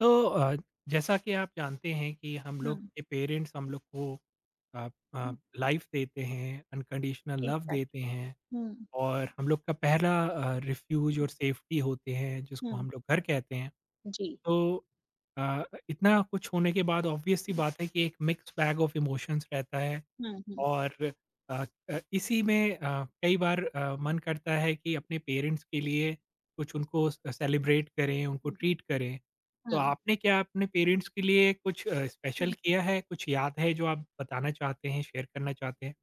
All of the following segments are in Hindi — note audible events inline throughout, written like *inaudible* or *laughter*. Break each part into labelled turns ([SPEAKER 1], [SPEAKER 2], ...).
[SPEAKER 1] तो अ, जैसा कि आप जानते हैं कि हम लोग
[SPEAKER 2] हुँ,
[SPEAKER 1] के पेरेंट्स हम लोग को
[SPEAKER 2] हुँ।
[SPEAKER 1] लाइफ देते हैं, अनकंडीशनल लव देते
[SPEAKER 2] एग्ज़ैक्ट।
[SPEAKER 1] हैं
[SPEAKER 2] हुँ,
[SPEAKER 1] और हम लोग का पहला रिफ्यूज और सेफ्टी होते हैं जिसको
[SPEAKER 2] हुँ।
[SPEAKER 1] हम लोग घर कहते हैं।
[SPEAKER 2] जी।
[SPEAKER 1] तो अ, इतना कुछ होने के बाद ऑब्वियस सी
[SPEAKER 2] हुँ,
[SPEAKER 1] बात है कि एक मिक्स बैग ऑफ इमोशंस रहता है।
[SPEAKER 2] हुँ, हुँ,
[SPEAKER 1] और अ इसी में कई बार मन करता है कि अपने पेरेंट्स के लिए कुछ उनको स सेलिब्रेट करें, उनको
[SPEAKER 2] हुँ,
[SPEAKER 1] ट्रीट करें। तो
[SPEAKER 2] हुँ,
[SPEAKER 1] आपने क्या अपने पेरेंट्स के लिए कुछ स्पेशल
[SPEAKER 2] हुँ।
[SPEAKER 1] किया है? कुछ याद है जो आप बताना चाहते हैं, शेयर करना चाहते हैं?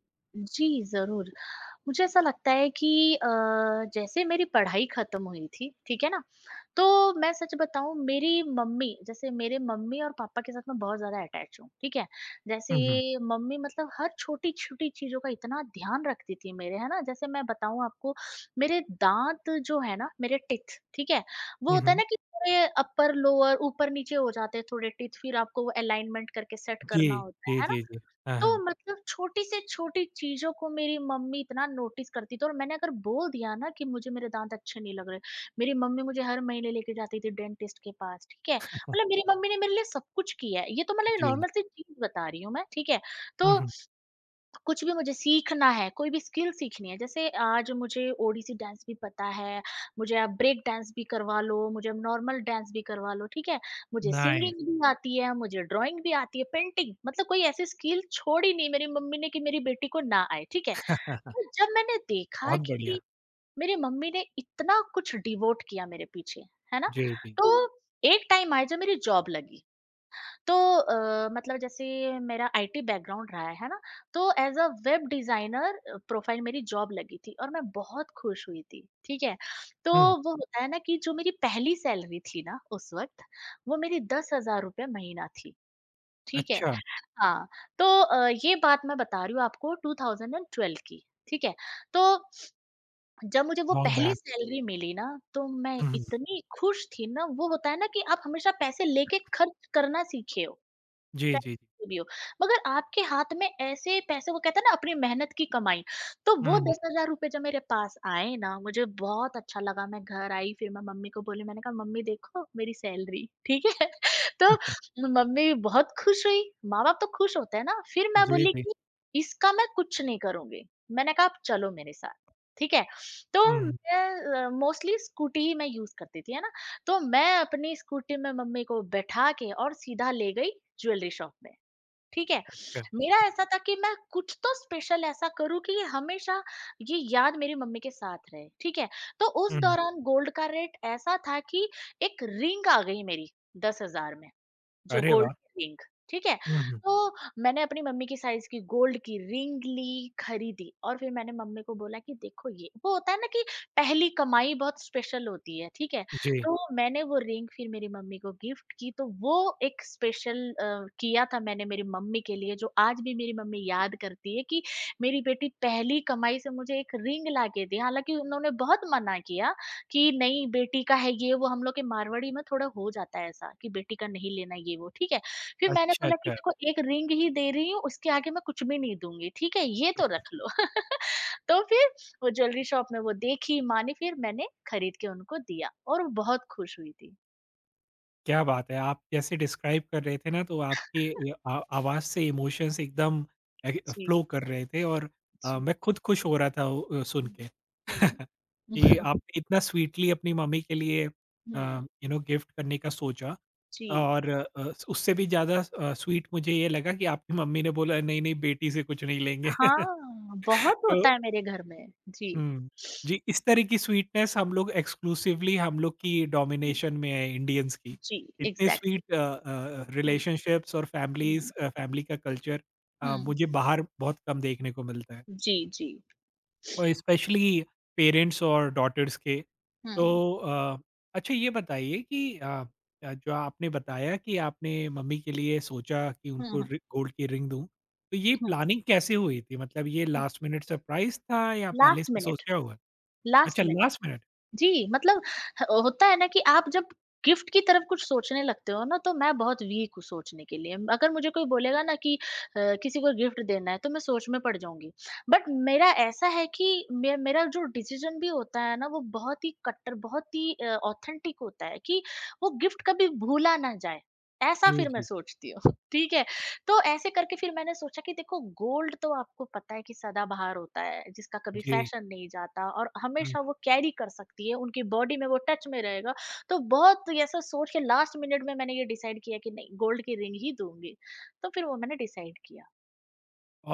[SPEAKER 2] जी, ज़रूर। मुझे ऐसा लगता है कि अ, जैसे मेरी पढ़ाई खत्म हुई थी, ठीक है ना? तो मैं सच बताऊँ, मेरी मम्मी जैसे मेरे मम्मी और पापा के साथ मैं बहुत ज़्यादा अटैच हूँ, ठीक है? जैसे
[SPEAKER 1] हुँ, हुँ।
[SPEAKER 2] मम्मी मतलब हर छोटी-छोटी चीज़ों का इतना ध्यान रखती थी मेरे, है ना? जैसे मैं बताऊँ आपको, मेरे दाँत जो है ना मेरे टीथ, ठीक है? वो
[SPEAKER 1] हुँ,
[SPEAKER 2] होता है
[SPEAKER 1] हुँ।
[SPEAKER 2] ना कि पूरे अपर, लोअर, ऊपर-नीचे हो जाते हैं थोड़े टीथ, फिर आपको वो अलाइनमेंट करके सेट
[SPEAKER 1] जी।
[SPEAKER 2] करना होता
[SPEAKER 1] जी,
[SPEAKER 2] है ना?
[SPEAKER 1] जी, जी। हाँ,
[SPEAKER 2] तो
[SPEAKER 1] हाँ।
[SPEAKER 2] मतलब छोटी से छोटी चीज़ों को मेरी मम्मी इतना नोटिस करती थी, और मैंने अगर बोल दिया ना कि मुझे मेरे दांत अच्छे नहीं लग रहे, मेरी मम्मी मुझे हर महीने लेके जाती थी डेंटिस्ट के पास, ठीक है? मतलब मेरी मम्मी ने मेरे लिए सब कुछ किया है, ये तो मतलब
[SPEAKER 1] जी।
[SPEAKER 2] नॉर्मल सी चीज़ बता रही हूँ मैं, ठीक है?
[SPEAKER 1] हुँ,
[SPEAKER 2] तो
[SPEAKER 1] हुँ।
[SPEAKER 2] कुछ भी मुझे सीखना है, कोई भी स्किल सीखनी है, जैसे आज मुझे ओडिसी डांस भी पता है, मुझे आप ब्रेक डांस भी करवा लो, मुझे अब नॉर्मल डांस भी करवा लो, ठीक है? मुझे
[SPEAKER 1] नाइस।
[SPEAKER 2] सिंगिंग भी आती है, मुझे ड्राइंग भी आती है, पेंटिंग, मतलब कोई ऐसी स्किल छोड़ी नहीं मेरी मम्मी ने कि मेरी बेटी को ना आए, ठीक है?
[SPEAKER 1] *laughs*
[SPEAKER 2] तो जब मैंने देखा
[SPEAKER 1] बहुत बढ़िया।
[SPEAKER 2] कि मेरी मम्मी ने इतना कुछ डिवोट किया मेरे पीछे, है ना?
[SPEAKER 1] जी, जी।
[SPEAKER 2] तो एक टाइम आया जब मेरी जॉब लगी। तो मतलब जैसे मेरा आईटी बैकग्राउंड रहा है ना? तो as a web designer profile मेरी जॉब लगी थी और मैं बहुत खुश हुई थी, ठीक है? तो
[SPEAKER 1] हुँ।
[SPEAKER 2] वो होता है ना कि जो मेरी पहली सैलरी थी ना उस वक़्त, वो मेरी ₹10,000 महीना थी, ठीक है?
[SPEAKER 1] अच्छा,
[SPEAKER 2] हाँ, तो ये बात मैं बता रही हूँ आपको 2012 की, ठीक है? तो जब मुझे वो
[SPEAKER 1] लॉन्ग
[SPEAKER 2] पहली
[SPEAKER 1] बैक।
[SPEAKER 2] सैलरी मिली ना, तो मैं
[SPEAKER 1] हुँ, हुँ।
[SPEAKER 2] इतनी खुश थी ना, वो होता है ना कि आप हमेशा पैसे लेके खर्च करना सीखे हो।
[SPEAKER 1] जी,
[SPEAKER 2] चाहे
[SPEAKER 1] जी, जी।
[SPEAKER 2] किसी भी हो, मगर आपके हाथ में ऐसे पैसे, वो कहते हैं ना, अपनी मेहनत की कमाई, तो वो
[SPEAKER 1] हुँ।
[SPEAKER 2] ₹10,000 जब मेरे पास आए ना, मुझे बहुत अच्छा लगा, मैं घर आई, फिर मैं मम्मी को बोली, मैंने कहा मम्मी, देखो मेरी सैलरी, ठीक है? *laughs* तो
[SPEAKER 1] *laughs*
[SPEAKER 2] मम्मी बहुत खुश हुई, माँ-बाप तो खुश होते हैं ना, फिर मैं
[SPEAKER 1] जी,
[SPEAKER 2] बोली
[SPEAKER 1] जी।
[SPEAKER 2] कि इसका मैं कुछ नहीं करूँगी, मैंने कहा आप चलो मेरे साथ, ठीक है? तो
[SPEAKER 1] हुँ,
[SPEAKER 2] मैं मोस्टली स्कूटी ही मैं यूज़ करती थी है, तो मैं अपनी स्कूटी में मम्मी को बैठा के और सीधा ले गई ज्वेलरी शॉप में। ठीक है?
[SPEAKER 1] अच्छा।
[SPEAKER 2] मेरा ऐसा था कि मैं कुछ तो स्पेशल ऐसा करूँ कि ये हमेशा, ये याद मेरी मम्मी के साथ रहे। ठीक है? तो उस
[SPEAKER 1] हुँ, हुँ।
[SPEAKER 2] दौरान गोल्ड का रेट ऐसा था कि एक रिंग आ गई मेरी 10,000 में। जो
[SPEAKER 1] अरे
[SPEAKER 2] गोल्ड
[SPEAKER 1] वाह!
[SPEAKER 2] की रिंग, ठीक है।
[SPEAKER 1] हुँ, हुँ।
[SPEAKER 2] तो मैंने अपनी मम्मी की साइज की गोल्ड की रिंग ली, खरीदी, और फिर मैंने मम्मी को बोला कि देखो, ये वो होता है ना कि पहली कमाई बहुत स्पेशल होती है, ठीक है।
[SPEAKER 1] जी।
[SPEAKER 2] तो मैंने वो रिंग फिर मेरी मम्मी को गिफ्ट की, तो वो एक स्पेशल किया था मैंने मेरी मम्मी के लिए, जो आज भी मेरी मम्मी याद करती है कि मेरी बेटी पहली कमाई से मुझे एक रिंग ला के दी। हालांकि उन्होंने बहुत मना किया कि नहीं, बेटी का है ये वो, हम लोग के मारवाड़ी में थोड़ा हो जाता है ऐसा कि बेटी का नहीं लेना ये वो, ठीक है। फिर मैंने
[SPEAKER 1] अच्छा,
[SPEAKER 2] बोला कि
[SPEAKER 1] अच्छा।
[SPEAKER 2] देखो, एक रिंग ही दे रही हूँ, उसके आगे मैं कुछ भी नहीं दूँगी, ठीक है? ये तो रख लो। *laughs* तो फिर वो ज्वेलरी शॉप में वो देखी, मानी, फिर मैंने खरीद के उनको दिया और वो बहुत खुश हुई थी।
[SPEAKER 1] क्या बात है! आप जैसे डिस्क्राइब कर रहे थे ना तो आपकी ये आ आवाज़ से इमोशंस एकदम एग
[SPEAKER 2] जी,
[SPEAKER 1] फ्लो कर रहे थे और
[SPEAKER 2] जी।
[SPEAKER 1] मैं खुद खुश हो रहा था वो सुन
[SPEAKER 2] हुँ।
[SPEAKER 1] के।
[SPEAKER 2] हुँ।
[SPEAKER 1] *laughs* कि आपने इतना स्वीटली अपनी मम्मी के लिए
[SPEAKER 2] हुँ।
[SPEAKER 1] यू नो गिफ्ट करने का सोचा।
[SPEAKER 2] *laughs* जी।
[SPEAKER 1] और उससे भी ज़्यादा स्वीट मुझे ये लगा कि आपकी मम्मी ने बोला, नहीं, नहीं बेटी से कुछ नहीं लेंगे। *laughs*
[SPEAKER 2] हाँ, बहुत
[SPEAKER 1] तो
[SPEAKER 2] होता है मेरे घर में। जी।
[SPEAKER 1] हुँ। जी, इस तरह की स्वीटनेस हम लोग एक्सक्लूसिवली हम लोग की
[SPEAKER 2] हुँ।
[SPEAKER 1] डोमिनेशन में है इंडियंस की।
[SPEAKER 2] जी,
[SPEAKER 1] इतने
[SPEAKER 2] एग्ज़ैक्टली।
[SPEAKER 1] स्वीट
[SPEAKER 2] हुँ,
[SPEAKER 1] रिलेशनशिप्स और फैमिलीज़,
[SPEAKER 2] हुँ,
[SPEAKER 1] फैमिली का कल्चर
[SPEAKER 2] हुँ।
[SPEAKER 1] मुझे बाहर बहुत कम देखने को मिलता है,
[SPEAKER 2] जी, जी।
[SPEAKER 1] और स्पेशली पेरेंट्स और डॉटर्स के। तो
[SPEAKER 2] हुँ।
[SPEAKER 1] अ, अच्छा ये बताइए कि जो आपने बताया कि आपने मम्मी के लिए सोचा कि
[SPEAKER 2] हुँ,
[SPEAKER 1] उनको
[SPEAKER 2] हुँ,
[SPEAKER 1] रि गोल्ड की रिंग दूँ, तो ये
[SPEAKER 2] हुँ,
[SPEAKER 1] प्लानिंग कैसे हुई थी? मतलब ये
[SPEAKER 2] हुँ।
[SPEAKER 1] लास्ट मिनट सरप्राइज़ था या पहले
[SPEAKER 2] लास्ट
[SPEAKER 1] से
[SPEAKER 2] मिनट,
[SPEAKER 1] सोचा हुआ? अच्छा,
[SPEAKER 2] लास्ट मिनट।
[SPEAKER 1] Last minute.
[SPEAKER 2] जी, मतलब ह होता है ना कि आप जब गिफ्ट की तरफ कुछ सोचने लगते हो ना, तो मैं बहुत वीक हूँ सोचने के लिए। अगर मुझे कोई बोलेगा ना कि किसी को गिफ्ट देना है, तो मैं सोच में पड़ जाऊँगी। बट मेरा ऐसा है कि मे मेरा जो डिसीज़न भी होता है ना, वो बहुत ही कट्टर, बहुत ही ऑथेंटिक होता है कि वो गिफ्ट कभी भूला ना जाए, ऐसा
[SPEAKER 1] जी,
[SPEAKER 2] फिर मैं
[SPEAKER 1] जी,
[SPEAKER 2] सोचती हूँ। *laughs* ठीक है? तो ऐसे करके फिर मैंने सोचा कि देखो, गोल्ड तो आपको पता है कि सदाबहार होता है, जिसका कभी
[SPEAKER 1] जी।
[SPEAKER 2] फैशन नहीं जाता, और
[SPEAKER 1] हुँ,
[SPEAKER 2] हमेशा वो कैरी कर सकती है, उनकी बॉडी में वो टच में रहेगा, तो बहुत ऐसा सोच के लास्ट मिनट में मैंने ये डिसाइड किया कि नहीं, गोल्ड की रिंग ही दूंगी। तो फिर वो मैंने डिसाइड किया।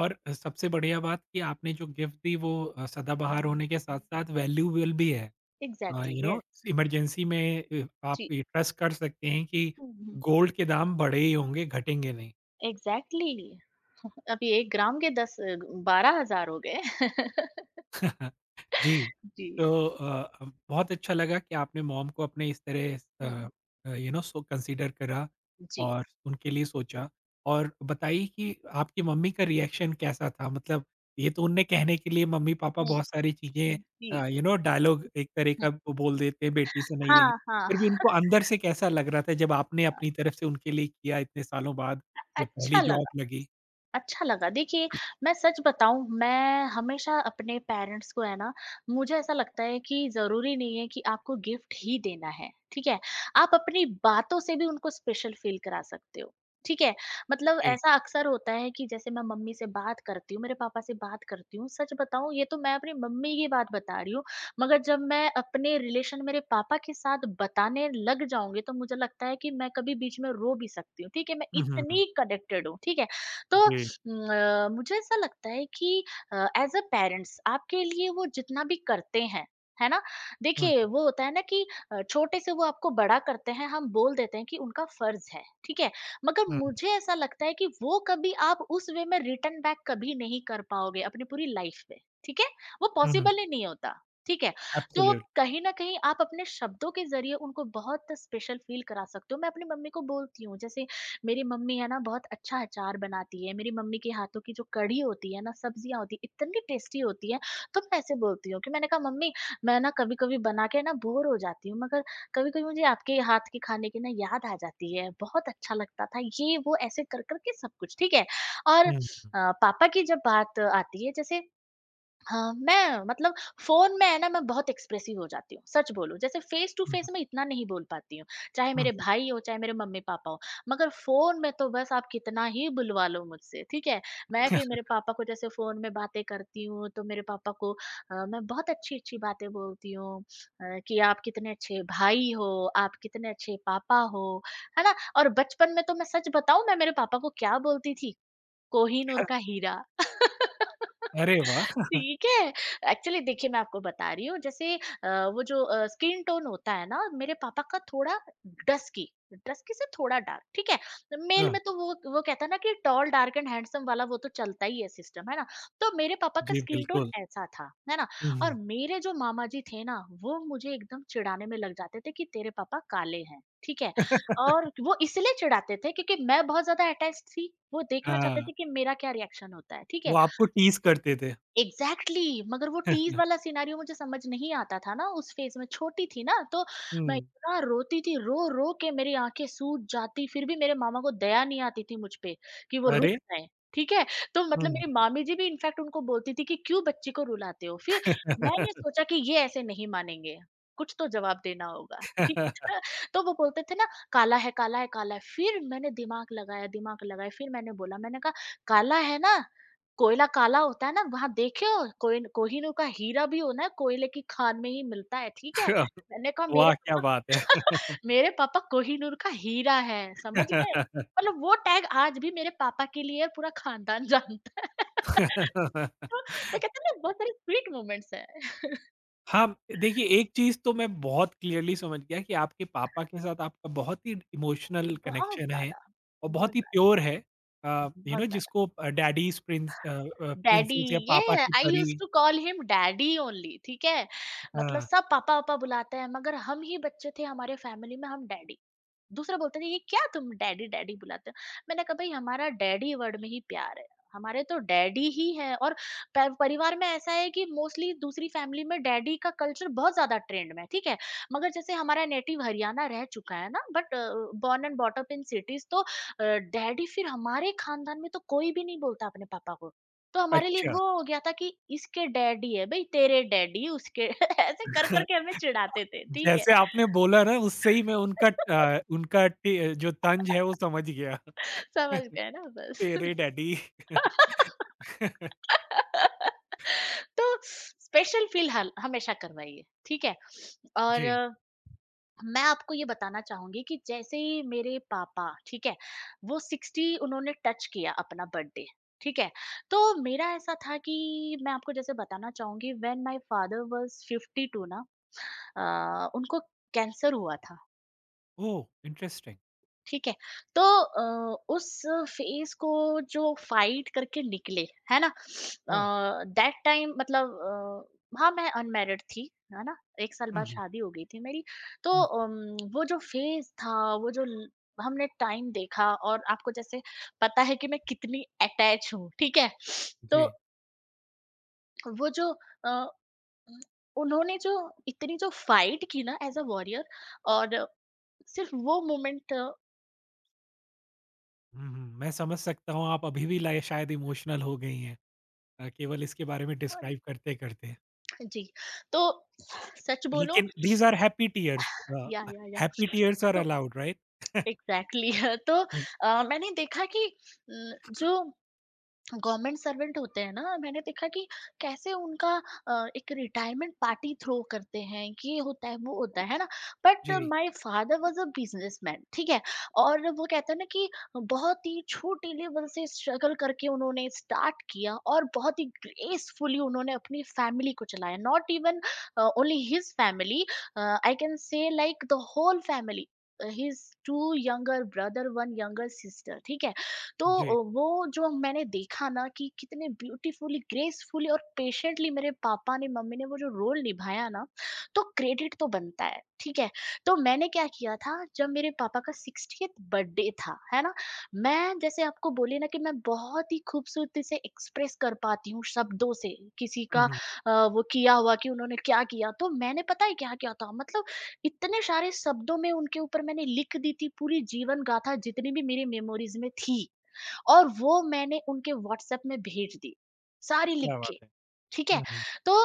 [SPEAKER 1] और सबसे बढ़िया बात कि आपने जो गिफ्ट दी वो सदाबहार होने के साथ-साथ वैल्यूएबल भी है।
[SPEAKER 2] Exactly,
[SPEAKER 1] you know
[SPEAKER 2] yes.
[SPEAKER 1] Emergency में आप
[SPEAKER 2] जी।
[SPEAKER 1] ये ट्रस्ट कर सकते हैं कि
[SPEAKER 2] हम्म।
[SPEAKER 1] गोल्ड के दाम बढ़े ही होंगे, घटेंगे नहीं।
[SPEAKER 2] एग्जैक्टली। *laughs* अभी 1 ग्राम के 10-12 हज़ार हो गए। *laughs*
[SPEAKER 1] हाँ, जी,
[SPEAKER 2] जी।
[SPEAKER 1] तो अ, अब बहुत अच्छा लगा कि आपने मॉम को अपने इस तरह अ
[SPEAKER 2] hmm,
[SPEAKER 1] you know so consider करा
[SPEAKER 2] जी।
[SPEAKER 1] और उनके लिए सोचा। और बताइए कि आपकी मम्मी का रिएक्शन कैसा था? मतलब ये तो उनने कहने के लिए मम्मी-पापा
[SPEAKER 2] हम्म।
[SPEAKER 1] बहुत सारी चीज़ें
[SPEAKER 2] जी।
[SPEAKER 1] यू नो डायलॉग एक तरह
[SPEAKER 2] हम्म,
[SPEAKER 1] का वो बोल देते हैं, बेटी से नहीं लगी।
[SPEAKER 2] हाँ, हाँ।
[SPEAKER 1] फिर भी उनको अंदर से कैसा लग रहा था जब आपने अपनी
[SPEAKER 2] *laughs*
[SPEAKER 1] तरफ से उनके लिए किया इतने सालों बाद, जब पहली
[SPEAKER 2] अच्छा
[SPEAKER 1] जॉब
[SPEAKER 2] लगा।
[SPEAKER 1] लगी?
[SPEAKER 2] अच्छा लगा। देखिए, मैं सच बताऊँ, मैं हमेशा अपने पेरेंट्स को, है ना, मुझे ऐसा लगता है कि ज़रूरी नहीं है कि आपको गिफ्ट ही देना है, ठीक है? आप अपनी बातों से भी उनको स्पेशल फ़ील करा सकते हो, ठीक है? मतलब
[SPEAKER 1] जी।
[SPEAKER 2] ऐसा अक्सर होता है कि जैसे मैं मम्मी से बात करती हूँ, मेरे पापा से बात करती हूँ, सच बताऊँ, ये तो मैं अपनी मम्मी की बात बता रही हूँ, मगर जब मैं अपने रिलेशन मेरे पापा के साथ बताने लग जाऊँगी, तो मुझे लगता है कि मैं कभी बीच में रो भी सकती हूँ, ठीक है? मैं
[SPEAKER 1] हुँ, हुँ, हुँ।
[SPEAKER 2] इतनी कनेक्टेड हूँ, ठीक है? तो
[SPEAKER 1] जी।
[SPEAKER 2] न, मुझे ऐसा लगता है कि एज अ पेरेंट्स आपके लिए वो जितना भी करते हैं, है ना?
[SPEAKER 1] हुँ,
[SPEAKER 2] देखिए, वो होता है ना कि छोटे से वो आपको बड़ा करते हैं, हम बोल देते हैं कि उनका फर्ज है, ठीक है। मगर
[SPEAKER 1] हुँ,
[SPEAKER 2] मुझे ऐसा लगता है कि वो कभी आप उस वे में रिटर्न बैक कभी नहीं कर पाओगे अपनी पूरी लाइफ में, ठीक है। वो
[SPEAKER 1] हुँ, हुँ,
[SPEAKER 2] पॉसिबल ही नहीं होता, ठीक है। तो
[SPEAKER 1] एब्सोल्यूट।
[SPEAKER 2] कहीं ना कहीं आप अपने शब्दों के जरिए उनको बहुत स्पेशल फील करा सकते हो। मैं अपनी मम्मी को बोलती हूँ, जैसे मेरी मम्मी है ना, बहुत अच्छा अचार बनाती है, मेरी मम्मी के हाथों की जो कढ़ी होती है ना, सब्जियाँ होती हैं, इतनी टेस्टी होती है। तो मैं ऐसे बोलती हूँ, कि मैंने कहा मम्मी, मैं ना कभी-कभी बना के ना बोर हो जाती हूँ, मगर कभी-कभी मुझे आपके हाथ के खाने की ना याद आ जाती है, बहुत अच्छा लगता था ये वो, ऐसे कर-कर के सब कुछ, ठीक है। और
[SPEAKER 1] हुँ, हुँ।
[SPEAKER 2] पापा की जब बात आती है, जैसे हाँ, मैं मतलब, फ़ोन में है ना, मैं बहुत एक्सप्रेसिव हो जाती हूँ, सच बोलूँ। जैसे फ़ेस टू
[SPEAKER 1] हुँ,
[SPEAKER 2] फ़ेस
[SPEAKER 1] हुँ।
[SPEAKER 2] मैं इतना नहीं बोल पाती हूँ, चाहे
[SPEAKER 1] हुँ,
[SPEAKER 2] मेरे
[SPEAKER 1] हुँ।
[SPEAKER 2] भाई हो, चाहे मेरे मम्मी-पापा हो। मगर फ़ोन में तो बस आप कितना ही बुलवा लो मुझसे, ठीक है? मैं
[SPEAKER 1] क्या?
[SPEAKER 2] फिर मेरे पापा को जैसे फ़ोन में बातें करती हूँ, तो मेरे पापा को मैं बहुत अच्छी-अच्छी बातें बोलती हूँ, कि आप कितने अच्छे भाई हो, आप कितने अच्छे पापा हो, है ना? और बचपन में तो, मैं सच बताऊँ, मैं मेरे पापा को क्या बोलती थी? कोहिनूर का हीरा। *laughs*
[SPEAKER 1] अरे वाह!
[SPEAKER 2] ठीक है। एक्चुअली देखिए, मैं आपको बता रही हूँ, जैसे वो जो स्किन टोन होता है ना मेरे पापा का, थोड़ा डस्की, डस्की से थोड़ा डार्क, ठीक है। मेल
[SPEAKER 1] हाँ,
[SPEAKER 2] में तो वो कहता है ना कि टॉल डार्क एंड हैंडसम वाला, वो तो चलता ही है, सिस्टम है ना। तो मेरे पापा का
[SPEAKER 1] जी
[SPEAKER 2] स्किन टोन
[SPEAKER 1] बिल्कुल।
[SPEAKER 2] ऐसा था, है ना।
[SPEAKER 1] हुँ,
[SPEAKER 2] और
[SPEAKER 1] हुँ।
[SPEAKER 2] मेरे जो मामा जी थे ना, वो मुझे एकदम चिढ़ाने में लग जाते थे, कि तेरे पापा काले हैं, ठीक है। और
[SPEAKER 1] *laughs*
[SPEAKER 2] वो इसलिए चिढ़ाते थे क्योंकि मैं बहुत ज़्यादा अटैच्ड थी, वो देखना चाहते
[SPEAKER 1] हाँ,
[SPEAKER 2] थे कि मेरा क्या रिएक्शन होता है, ठीक
[SPEAKER 1] वो
[SPEAKER 2] है?
[SPEAKER 1] आपको टीज़ करते थे।
[SPEAKER 2] एग्जैक्टली exactly, मगर वो टीज वाला सिनेरियो मुझे समझ नहीं आता था ना, उस फेज में छोटी थी ना, तो मैं
[SPEAKER 1] हुँ,
[SPEAKER 2] इतना रोती थी, रो रो के मेरी आंखें सूज जाती, फिर भी मेरे मामा को दया नहीं आती थी मुझ पे, कि वो
[SPEAKER 1] अरे!
[SPEAKER 2] रुक जाए, ठीक है। तो मतलब
[SPEAKER 1] हुँ।
[SPEAKER 2] मेरी मामी जी भी, इनफैक्ट, उनको बोलती थी कि क्यों बच्ची को रुलाते हो? फिर मैंने सोचा कि ये ऐसे नहीं मानेंगे, कुछ तो जवाब देना होगा, ठीक है।
[SPEAKER 1] *laughs*
[SPEAKER 2] *laughs* तो वो बोलते थे ना, काला है, काला है, काला है, फिर मैंने दिमाग लगाया, दिमाग लगाया, फिर मैंने बोला, मैंने कहा काला है ना, कोयला काला होता है ना, वहाँ देखे हो? कोहिनूर का हीरा भी हो ना कोयले की खान में ही मिलता है, ठीक है? मैंने कहा मेरे
[SPEAKER 1] वाह! क्या
[SPEAKER 2] पापा,
[SPEAKER 1] बात है।
[SPEAKER 2] मेरे पापा कोहिनूर का हीरा है, समझ गए? मतलब वो टैग आज भी मेरे पापा के लिए पूरा खानदान जानता है। *laughs* तो
[SPEAKER 1] *laughs*
[SPEAKER 2] वो कहते हैं ना बहुत सारे स्वीट मोमेंट्स हैं।
[SPEAKER 1] हाँ, देखिए एक चीज़ तो मैं बहुत क्लियरली समझ गया कि आपके पापा के साथ आपका बहुत ही इमोशनल
[SPEAKER 2] बहुत
[SPEAKER 1] कनेक्शन है
[SPEAKER 2] ज़्यादा,
[SPEAKER 1] और
[SPEAKER 2] बहुत
[SPEAKER 1] बहुत ही
[SPEAKER 2] ज़्यादा,
[SPEAKER 1] प्योर है। यू
[SPEAKER 2] बहुत
[SPEAKER 1] नो
[SPEAKER 2] ज़्यादा।
[SPEAKER 1] जिसको डैडीज़
[SPEAKER 2] डैडी,
[SPEAKER 1] प्रिंसेस या पापा
[SPEAKER 2] ये
[SPEAKER 1] की
[SPEAKER 2] आई यूज्ड
[SPEAKER 1] परी।
[SPEAKER 2] To call him daddy only, ठीक है। मतलब
[SPEAKER 1] हाँ।
[SPEAKER 2] सब पापा पापा बुलाते हैं, मगर हम ही बच्चे थे हमारे फैमिली में हम डैडी। दूसरे बोलते थे ये क्या तुम डैडी डैडी बुलाते हो। मैंने कहा भाई हमारा डैडी वर्ड में ही प्यार है। हमारे तो डैडी ही है। और परिवार में ऐसा है कि मोस्टली दूसरी फैमिली में डैडी का कल्चर बहुत ज्यादा ट्रेंड में है, ठीक है। मगर जैसे हमारा नेटिव हरियाणा रह चुका है ना, but born and brought up in cities. तो डैडी फिर हमारे खानदान में तो कोई भी नहीं बोलता अपने पापा को। तो हमारे लिए
[SPEAKER 1] अच्छा।
[SPEAKER 2] वो हो गया था कि इसके डैडी है भाई, तेरे डैडी उसके। *laughs* ऐसे कर करके
[SPEAKER 1] *laughs*
[SPEAKER 2] हमें चिढ़ाते थे, ठीक है।
[SPEAKER 1] जैसे आपने बोला ना उससे ही मैं उनका
[SPEAKER 2] *laughs*
[SPEAKER 1] अ, उनका टे जो तंज है वो समझ गया।
[SPEAKER 2] समझ
[SPEAKER 1] *laughs*
[SPEAKER 2] गए ना बस।
[SPEAKER 1] तेरे डैडी। *laughs*
[SPEAKER 2] *laughs* तो स्पेशल फील हमेशा करवाइए, ठीक है। और
[SPEAKER 1] जी।
[SPEAKER 2] मैं आपको ये बताना चाहूँगी कि जैसे ही मेरे पापा, ठीक है, वो 60 उन्होंने टच किया अपना बर्थडे, ठीक है? तो मेरा ऐसा था कि मैं आपको जैसे बताना चाहूँगी व्हेन माय फादर वाज़ 52 ना, उनको कैंसर हुआ था।
[SPEAKER 1] ओह! इंटरेस्टिंग।
[SPEAKER 2] ठीक है। तो उस फेज को जो फाइट करके निकले, है ना।
[SPEAKER 1] हाँ।
[SPEAKER 2] दैट टाइम मतलब, हाँ मैं अनमैरिड थी, है ना। एक साल
[SPEAKER 1] हुँ,
[SPEAKER 2] बाद
[SPEAKER 1] हुँ,
[SPEAKER 2] शादी हो गई थी मेरी। तो
[SPEAKER 1] हुँ।
[SPEAKER 2] अम, वो जो फेज था, वो जो हमने टाइम देखा, और आपको जैसे पता है कि मैं कितनी अटैच हूँ, ठीक है। तो
[SPEAKER 1] जी।
[SPEAKER 2] वो जो अ, उन्होंने जो इतनी जो फाइट की ना एज अ वॉरियर, और सिर्फ वो मोमेंट।
[SPEAKER 1] हुँ, हुँ। मैं समझ सकता हूँ आप अभी भी लाए शायद इमोशनल हो गई हैं, केवल इसके बारे में डिस्क्राइब करते-करते।
[SPEAKER 2] जी, तो सच बोलो।
[SPEAKER 1] लेकिन these are happy tears, uh,
[SPEAKER 2] yeah,
[SPEAKER 1] happy tears are
[SPEAKER 2] तो
[SPEAKER 1] अलाउड राइट? *laughs*
[SPEAKER 2] एग्ज़ैक्टली। *laughs* तो मैंने देखा कि जो गवर्नमेंट सर्वेंट होते हैं ना, मैंने देखा कि कैसे उनका एक रिटायरमेंट पार्टी थ्रो करते हैं, ये होता है वो होता है ना। बट
[SPEAKER 1] जी,
[SPEAKER 2] my father was a businessman, ठीक है। और वो कहते हैं ना कि बहुत ही छोटे लेवल से स्ट्रगल करके उन्होंने स्टार्ट किया और बहुत ही ग्रेसफुली उन्होंने अपनी फैमिली को चलाया। Not even only his family, I can say like the whole family. His two younger brother one younger sister, ठीक है। तो
[SPEAKER 1] जी।
[SPEAKER 2] वो जो मैंने देखा ना कि कितने ब्यूटीफुली, ग्रेसफुली और पेशेंटली मेरे पापा ने, मम्मी ने वो जो रोल निभाया ना, तो क्रेडिट तो बनता है, ठीक है? तो मैंने क्या किया था जब मेरे पापा का 60th बर्थडे था, है ना? मैं जैसे आपको बोली ना कि मैं बहुत ही खूबसूरती से एक्सप्रेस कर पाती हूँ शब्दों से किसी
[SPEAKER 1] हुँ,
[SPEAKER 2] का।
[SPEAKER 1] हुँ।
[SPEAKER 2] वो किया हुआ कि उन्होंने क्या किया, तो मैंने पता है क्या-क्या था मतलब, इतने सारे शब्दों में उनके ऊपर मैंने लिख दी थी पूरी जीवन गाथा जितनी भी मेरी मेमोरीज़ में थी। और वो मैंने उनके व्हाट्सएप में भेज दी, सारी लिख
[SPEAKER 1] क्या
[SPEAKER 2] के,
[SPEAKER 1] बात है।
[SPEAKER 2] ठीक है?
[SPEAKER 1] हुँ, हुँ।
[SPEAKER 2] तो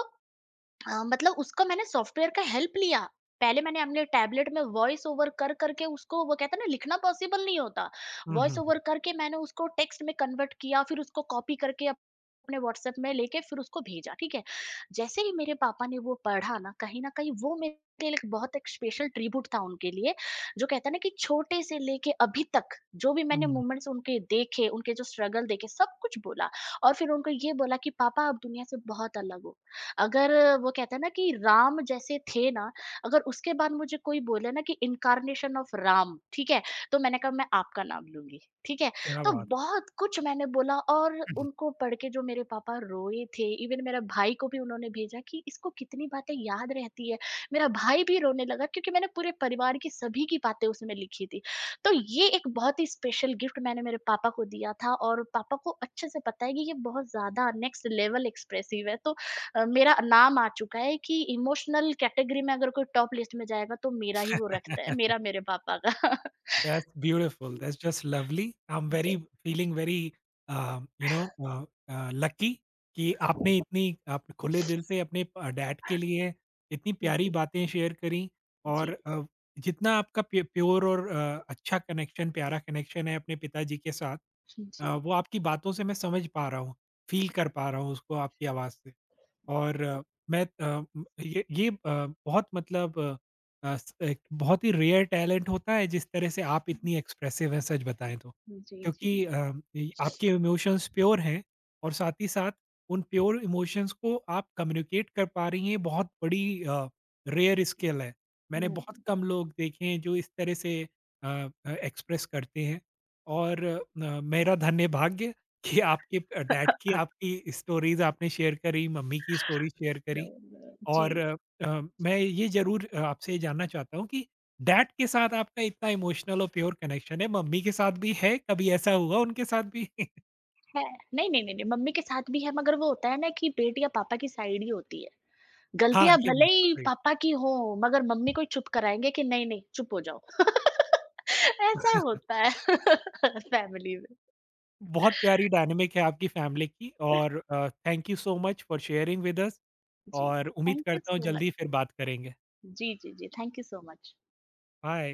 [SPEAKER 2] मतलब उसका मैंने सॉफ्टवेयर का हेल्प लिया। पहले मैंने अपने टैबलेट में वॉइस ओवर कर करके उसको वो कहते हैं ना लिखना पॉसिबल नहीं होता।
[SPEAKER 1] हुँ,
[SPEAKER 2] वॉइस
[SPEAKER 1] हुँ,
[SPEAKER 2] ओवर
[SPEAKER 1] हुँ।
[SPEAKER 2] करके मैंने उसको टेक्स्ट में कन्वर्ट किया, फिर उसको कॉपी करके अपने व्हाट्सएप में लेके फिर उसको भेजा, ठीक है? जैसे ही मेरे पापा ने वो पढ़ा ना, कहीं न कहीं वो मेरे लिए बहुत एक स्पेशल ट्रिब्यूट था उनके लिए, जो कहते हैं ना कि छोटे से लेके अभी तक जो भी मैंने
[SPEAKER 1] हुँ,
[SPEAKER 2] मोमेंट्स उनके देखे, उनके जो स्ट्रगल देखे, सब कुछ बोला। और फिर उनको ये बोला कि पापा आप दुनिया से बहुत अलग हो। अगर वो कहते हैं ना कि राम जैसे थे ना, अगर उसके बाद मुझे कोई बोले ना कि इन्कार्नेशन ऑफ राम, ठीक है? तो मैंने कहा मैं आपका नाम लूँगी, ठीक है?
[SPEAKER 1] क्या
[SPEAKER 2] तो
[SPEAKER 1] बात
[SPEAKER 2] बहुत कुछ मैंने बोला और
[SPEAKER 1] है।
[SPEAKER 2] उनको पढ़ के जो मेरे पापा रोए थे, इवन मेरे भाई को भी उन्होंने भेजा कि इसको कितनी बातें याद रहती है। मेरा भाई भी रोने लगा क्योंकि मैंने पूरे परिवार की सभी की बातें उसमें लिखी थी। तो ये एक बहुत ही स्पेशल गिफ्ट मैंने मेरे पापा को दिया था, और पापा को अच्छे से पता है कि ये बहुत ज़्यादा नेक्स्ट लेवल एक्सप्रेसिव है। तो मेरा नाम आ चुका है कि इमोशनल कैटेगरी में अगर कोई टॉप लिस्ट में जाएगा तो मेरा ही वो रखता है,
[SPEAKER 1] *laughs*
[SPEAKER 2] मेरा मेरे पापा का। *laughs*
[SPEAKER 1] That's beautiful. That's just lovely. I'm
[SPEAKER 2] ji.
[SPEAKER 1] very feeling very you know lucky कि आपने इतनी आप खुले दिल से अपने डैड के लिए इतनी प्यारी
[SPEAKER 2] जी,
[SPEAKER 1] बातें शेयर करी। और
[SPEAKER 2] जी,
[SPEAKER 1] अ, जितना आपका प्योर और अच्छा कनेक्शन, प्यारा कनेक्शन है अपने पिताजी के साथ,
[SPEAKER 2] जी।
[SPEAKER 1] वो आपकी बातों से मैं समझ पा रहा हूँ, फील कर पा रहा हूँ उसको आपकी आवाज़ से। और अ, मैं अ, म- ये अ, बहुत मतलब अ, स एक बहुत ही रेयर टैलेंट होता है जिस तरह से आप इतनी एक्सप्रेसिव हैं, सच बताएँ तो।
[SPEAKER 2] जी, जी।
[SPEAKER 1] क्योंकि अ, इ आपके इमोशंस प्योर हैं और साथ ही साथ उन प्योर इमोशंस को आप कम्युनिकेट कर पा रही हैं, ये बहुत बड़ी रेयर स्किल है। मैंने बहुत कम लोग देखे हैं जो इस तरह से एक्सप्रेस करते हैं। और अ, मेरा धन्य भाग्य कि आपके डैड की आपकी स्टोरीज़ आपने शेयर करी, मम्मी की स्टोरी शेयर करी। और अ, मैं ये ज़रूर आपसे ये जानना चाहता हूँ कि डैड के साथ आपका इतना इमोशनल और प्योर कनेक्शन है, मम्मी के साथ भी है, कभी ऐसा हुआ उनके साथ भी? *laughs*
[SPEAKER 2] है। नहीं, नहीं, नहीं, नहीं, मम्मी के साथ भी है मगर वो होता है ना कि बेटी या पापा की साइड ही होती है।
[SPEAKER 1] हाँ,
[SPEAKER 2] गलतियाँ
[SPEAKER 1] ये
[SPEAKER 2] भले
[SPEAKER 1] बिल्कुल
[SPEAKER 2] ही
[SPEAKER 1] सही।
[SPEAKER 2] पापा की हो, मगर मम्मी को ही चुप कराएँगे कि नहीं, नहीं चुप हो जाओ। *laughs* ऐसा होता है *laughs* फैमिली में।
[SPEAKER 1] बहुत प्यारी डायनामिक है आपकी फैमिली की। और thank you so much for sharing with us,
[SPEAKER 2] जी,
[SPEAKER 1] और उम्मीद
[SPEAKER 2] थैंक यू
[SPEAKER 1] करता हूँ
[SPEAKER 2] सो मच।
[SPEAKER 1] जल्दी फिर बात करेंगे।
[SPEAKER 2] जी, जी, जी, thank you so much.
[SPEAKER 1] Bye.